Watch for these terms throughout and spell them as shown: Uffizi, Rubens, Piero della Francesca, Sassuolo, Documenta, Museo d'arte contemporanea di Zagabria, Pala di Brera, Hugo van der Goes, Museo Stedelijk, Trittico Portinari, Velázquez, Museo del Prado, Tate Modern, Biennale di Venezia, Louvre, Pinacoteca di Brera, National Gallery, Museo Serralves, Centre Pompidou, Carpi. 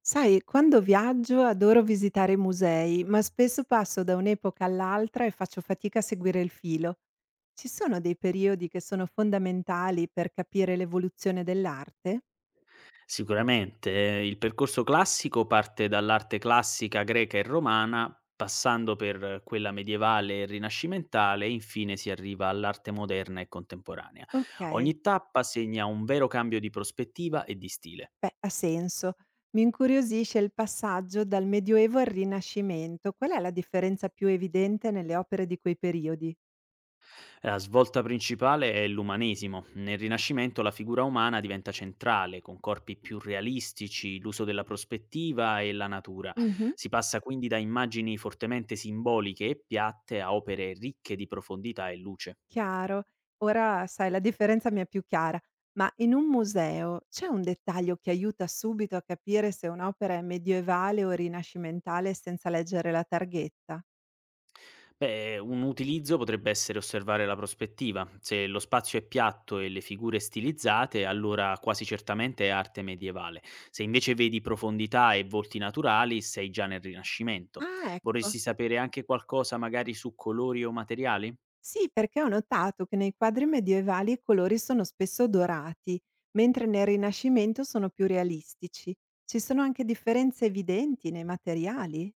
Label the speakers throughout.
Speaker 1: Sai, quando viaggio adoro visitare i musei, ma spesso passo da un'epoca all'altra e faccio fatica a seguire il filo. Ci sono dei periodi che sono fondamentali per capire l'evoluzione dell'arte?
Speaker 2: Sicuramente, il percorso classico parte dall'arte classica greca e romana, passando per quella medievale e rinascimentale e infine si arriva all'arte moderna e contemporanea.
Speaker 1: Ok,
Speaker 2: Ogni tappa segna un vero cambio di prospettiva e di stile.
Speaker 1: beh, ha senso. Mi incuriosisce il passaggio dal Medioevo al Rinascimento. Qual è la differenza più evidente nelle opere di quei periodi?
Speaker 2: La svolta principale è l'umanesimo. Nel Rinascimento la figura umana diventa centrale, con corpi più realistici, l'uso della prospettiva e la natura. Si passa quindi da immagini fortemente simboliche e piatte a opere ricche di profondità e luce.
Speaker 1: Chiaro. Ora sai la differenza mi è più chiara, ma in un museo c'è un dettaglio che aiuta subito a capire se un'opera è medievale o rinascimentale senza leggere la targhetta?
Speaker 2: Beh, un utilizzo potrebbe essere osservare la prospettiva. Se lo spazio è piatto e le figure stilizzate, allora quasi certamente è arte medievale. Se invece vedi profondità e volti naturali, sei già nel Rinascimento.
Speaker 1: Ah, ecco.
Speaker 2: Vorresti sapere anche qualcosa magari su colori o materiali?
Speaker 1: Sì, perché ho notato che nei quadri medievali i colori sono spesso dorati, mentre nel Rinascimento sono più realistici. Ci sono anche differenze evidenti nei materiali?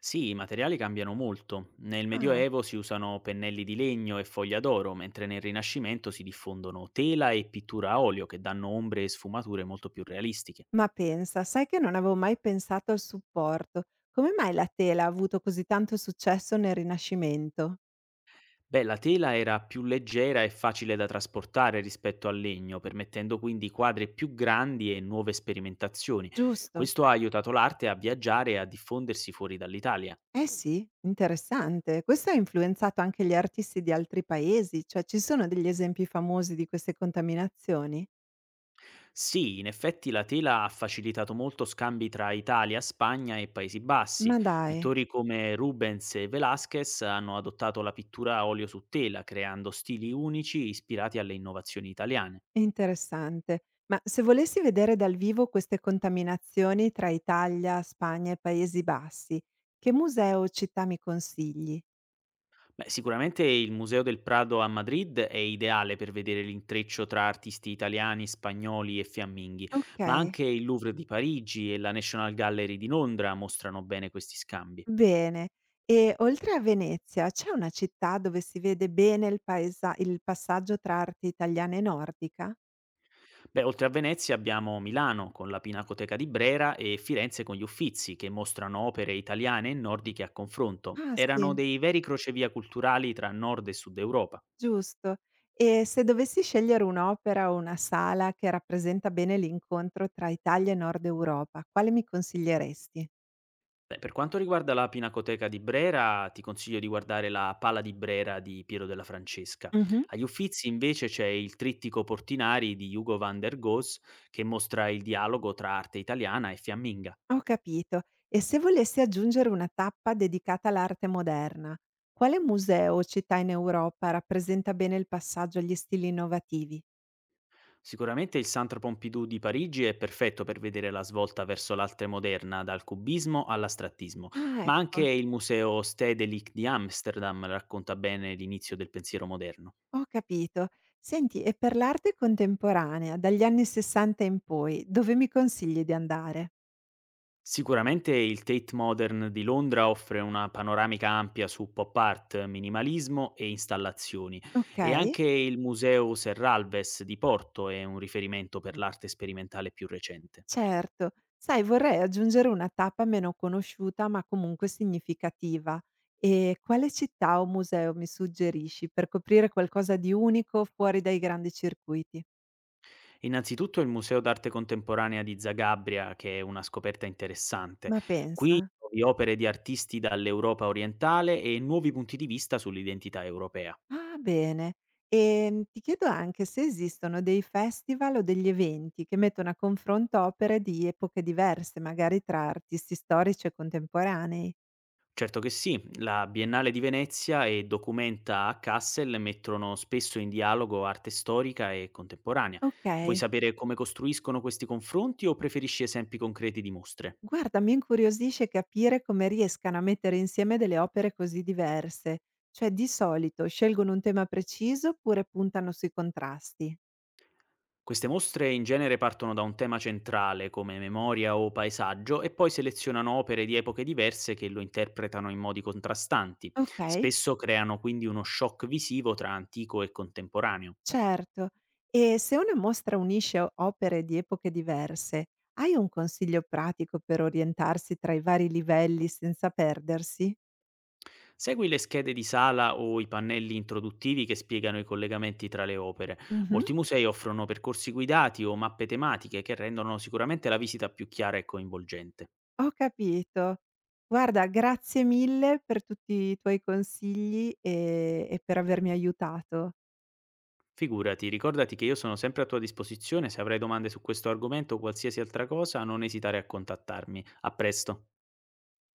Speaker 2: Sì, i materiali cambiano molto. Nel
Speaker 1: Ah.
Speaker 2: Medioevo si usano pennelli di legno e foglia d'oro, mentre nel Rinascimento si diffondono tela e pittura a olio che danno ombre e sfumature molto più realistiche.
Speaker 1: Ma pensa, sai che non avevo mai pensato al supporto. Come mai la tela ha avuto così tanto successo nel Rinascimento?
Speaker 2: Beh, la tela era più leggera e facile da trasportare rispetto al legno, permettendo quindi quadri più grandi e nuove sperimentazioni.
Speaker 1: Giusto.
Speaker 2: Questo ha aiutato l'arte a viaggiare e a diffondersi fuori dall'Italia.
Speaker 1: Eh sì, interessante. Questo ha influenzato anche gli artisti di altri paesi, cioè ci sono degli esempi famosi di queste contaminazioni?
Speaker 2: Sì, in effetti la tela ha facilitato molto scambi tra Italia, Spagna e Paesi Bassi.
Speaker 1: Ma dai,
Speaker 2: Pittori come Rubens e Velázquez hanno adottato la pittura a olio su tela, creando stili unici ispirati alle innovazioni italiane.
Speaker 1: è interessante. Ma se volessi vedere dal vivo queste contaminazioni tra Italia, Spagna e Paesi Bassi, che museo o città mi consigli?
Speaker 2: Beh, sicuramente il Museo del Prado a Madrid è ideale per vedere l'intreccio tra artisti italiani, spagnoli e fiamminghi,
Speaker 1: Ok.
Speaker 2: ma anche il Louvre di Parigi e la National Gallery di Londra mostrano bene questi scambi.
Speaker 1: Bene. E oltre a Venezia, c'è una città dove si vede bene il passaggio tra arte italiana e nordica?
Speaker 2: Beh, oltre a Venezia abbiamo Milano con la Pinacoteca di Brera e Firenze con gli Uffizi, che mostrano opere italiane e nordiche a confronto.
Speaker 1: Ah sì,
Speaker 2: Erano dei veri crocevia culturali tra nord e sud Europa.
Speaker 1: giusto. E se dovessi scegliere un'opera o una sala che rappresenta bene l'incontro tra Italia e Nord Europa, quale mi consiglieresti?
Speaker 2: Beh, per quanto riguarda la Pinacoteca di Brera, ti consiglio di guardare la Pala di Brera di Piero della Francesca.
Speaker 1: Mh-mh,
Speaker 2: Agli Uffizi invece c'è il Trittico Portinari di Hugo van der Goes che mostra il dialogo tra arte italiana e fiamminga.
Speaker 1: ho capito. E se volessi aggiungere una tappa dedicata all'arte moderna, quale museo o città in Europa rappresenta bene il passaggio agli stili innovativi?
Speaker 2: Sicuramente il Centre Pompidou di Parigi è perfetto per vedere la svolta verso l'arte moderna, dal cubismo all'astrattismo,
Speaker 1: Ah,
Speaker 2: ma anche
Speaker 1: ecco.
Speaker 2: il Museo Stedelijk di Amsterdam racconta bene l'inizio del pensiero moderno.
Speaker 1: Ho capito. Senti, e per l'arte contemporanea, dagli anni '60 in poi, dove mi consigli di andare?
Speaker 2: Sicuramente il Tate Modern di Londra offre una panoramica ampia su pop art, minimalismo e installazioni, e
Speaker 1: Okay,
Speaker 2: anche il Museo Serralves di Porto è un riferimento per l'arte sperimentale più recente.
Speaker 1: certo. Sai, vorrei aggiungere una tappa meno conosciuta, ma comunque significativa. E quale città o museo mi suggerisci per coprire qualcosa di unico fuori dai grandi circuiti?
Speaker 2: Innanzitutto il Museo d'arte contemporanea di Zagabria, che è una scoperta interessante.
Speaker 1: Ma
Speaker 2: Qui
Speaker 1: pensa.
Speaker 2: trovi opere di artisti dall'Europa orientale e nuovi punti di vista sull'identità europea.
Speaker 1: Ah, bene. Ti chiedo anche se esistono dei festival o degli eventi che mettono a confronto opere di epoche diverse, magari tra artisti storici e contemporanei.
Speaker 2: Certo che sì, la Biennale di Venezia e Documenta a Kassel mettono spesso in dialogo arte storica e contemporanea. Vuoi
Speaker 1: Okay,
Speaker 2: sapere come costruiscono questi confronti o preferisci esempi concreti di mostre?
Speaker 1: guarda, mi incuriosisce capire come riescano a mettere insieme delle opere così diverse. Cioè, di solito scelgono un tema preciso oppure puntano sui contrasti?
Speaker 2: Queste mostre in genere partono da un tema centrale come memoria o paesaggio e poi selezionano opere di epoche diverse che lo interpretano in modi contrastanti.
Speaker 1: Okay.
Speaker 2: Spesso creano quindi uno shock visivo tra antico e contemporaneo.
Speaker 1: Certo. E se una mostra unisce o opere di epoche diverse, hai un consiglio pratico per orientarsi tra i vari livelli senza perdersi?
Speaker 2: Segui le schede di sala o i pannelli introduttivi che spiegano i collegamenti tra le opere.
Speaker 1: Mh-mh,
Speaker 2: Molti musei offrono percorsi guidati o mappe tematiche che rendono sicuramente la visita più chiara e coinvolgente.
Speaker 1: ho capito. Guarda, grazie mille per tutti i tuoi consigli, e per avermi aiutato.
Speaker 2: Figurati, ricordati che io sono sempre a tua disposizione, se avrai domande su questo argomento o qualsiasi altra cosa non esitare a contattarmi. A presto.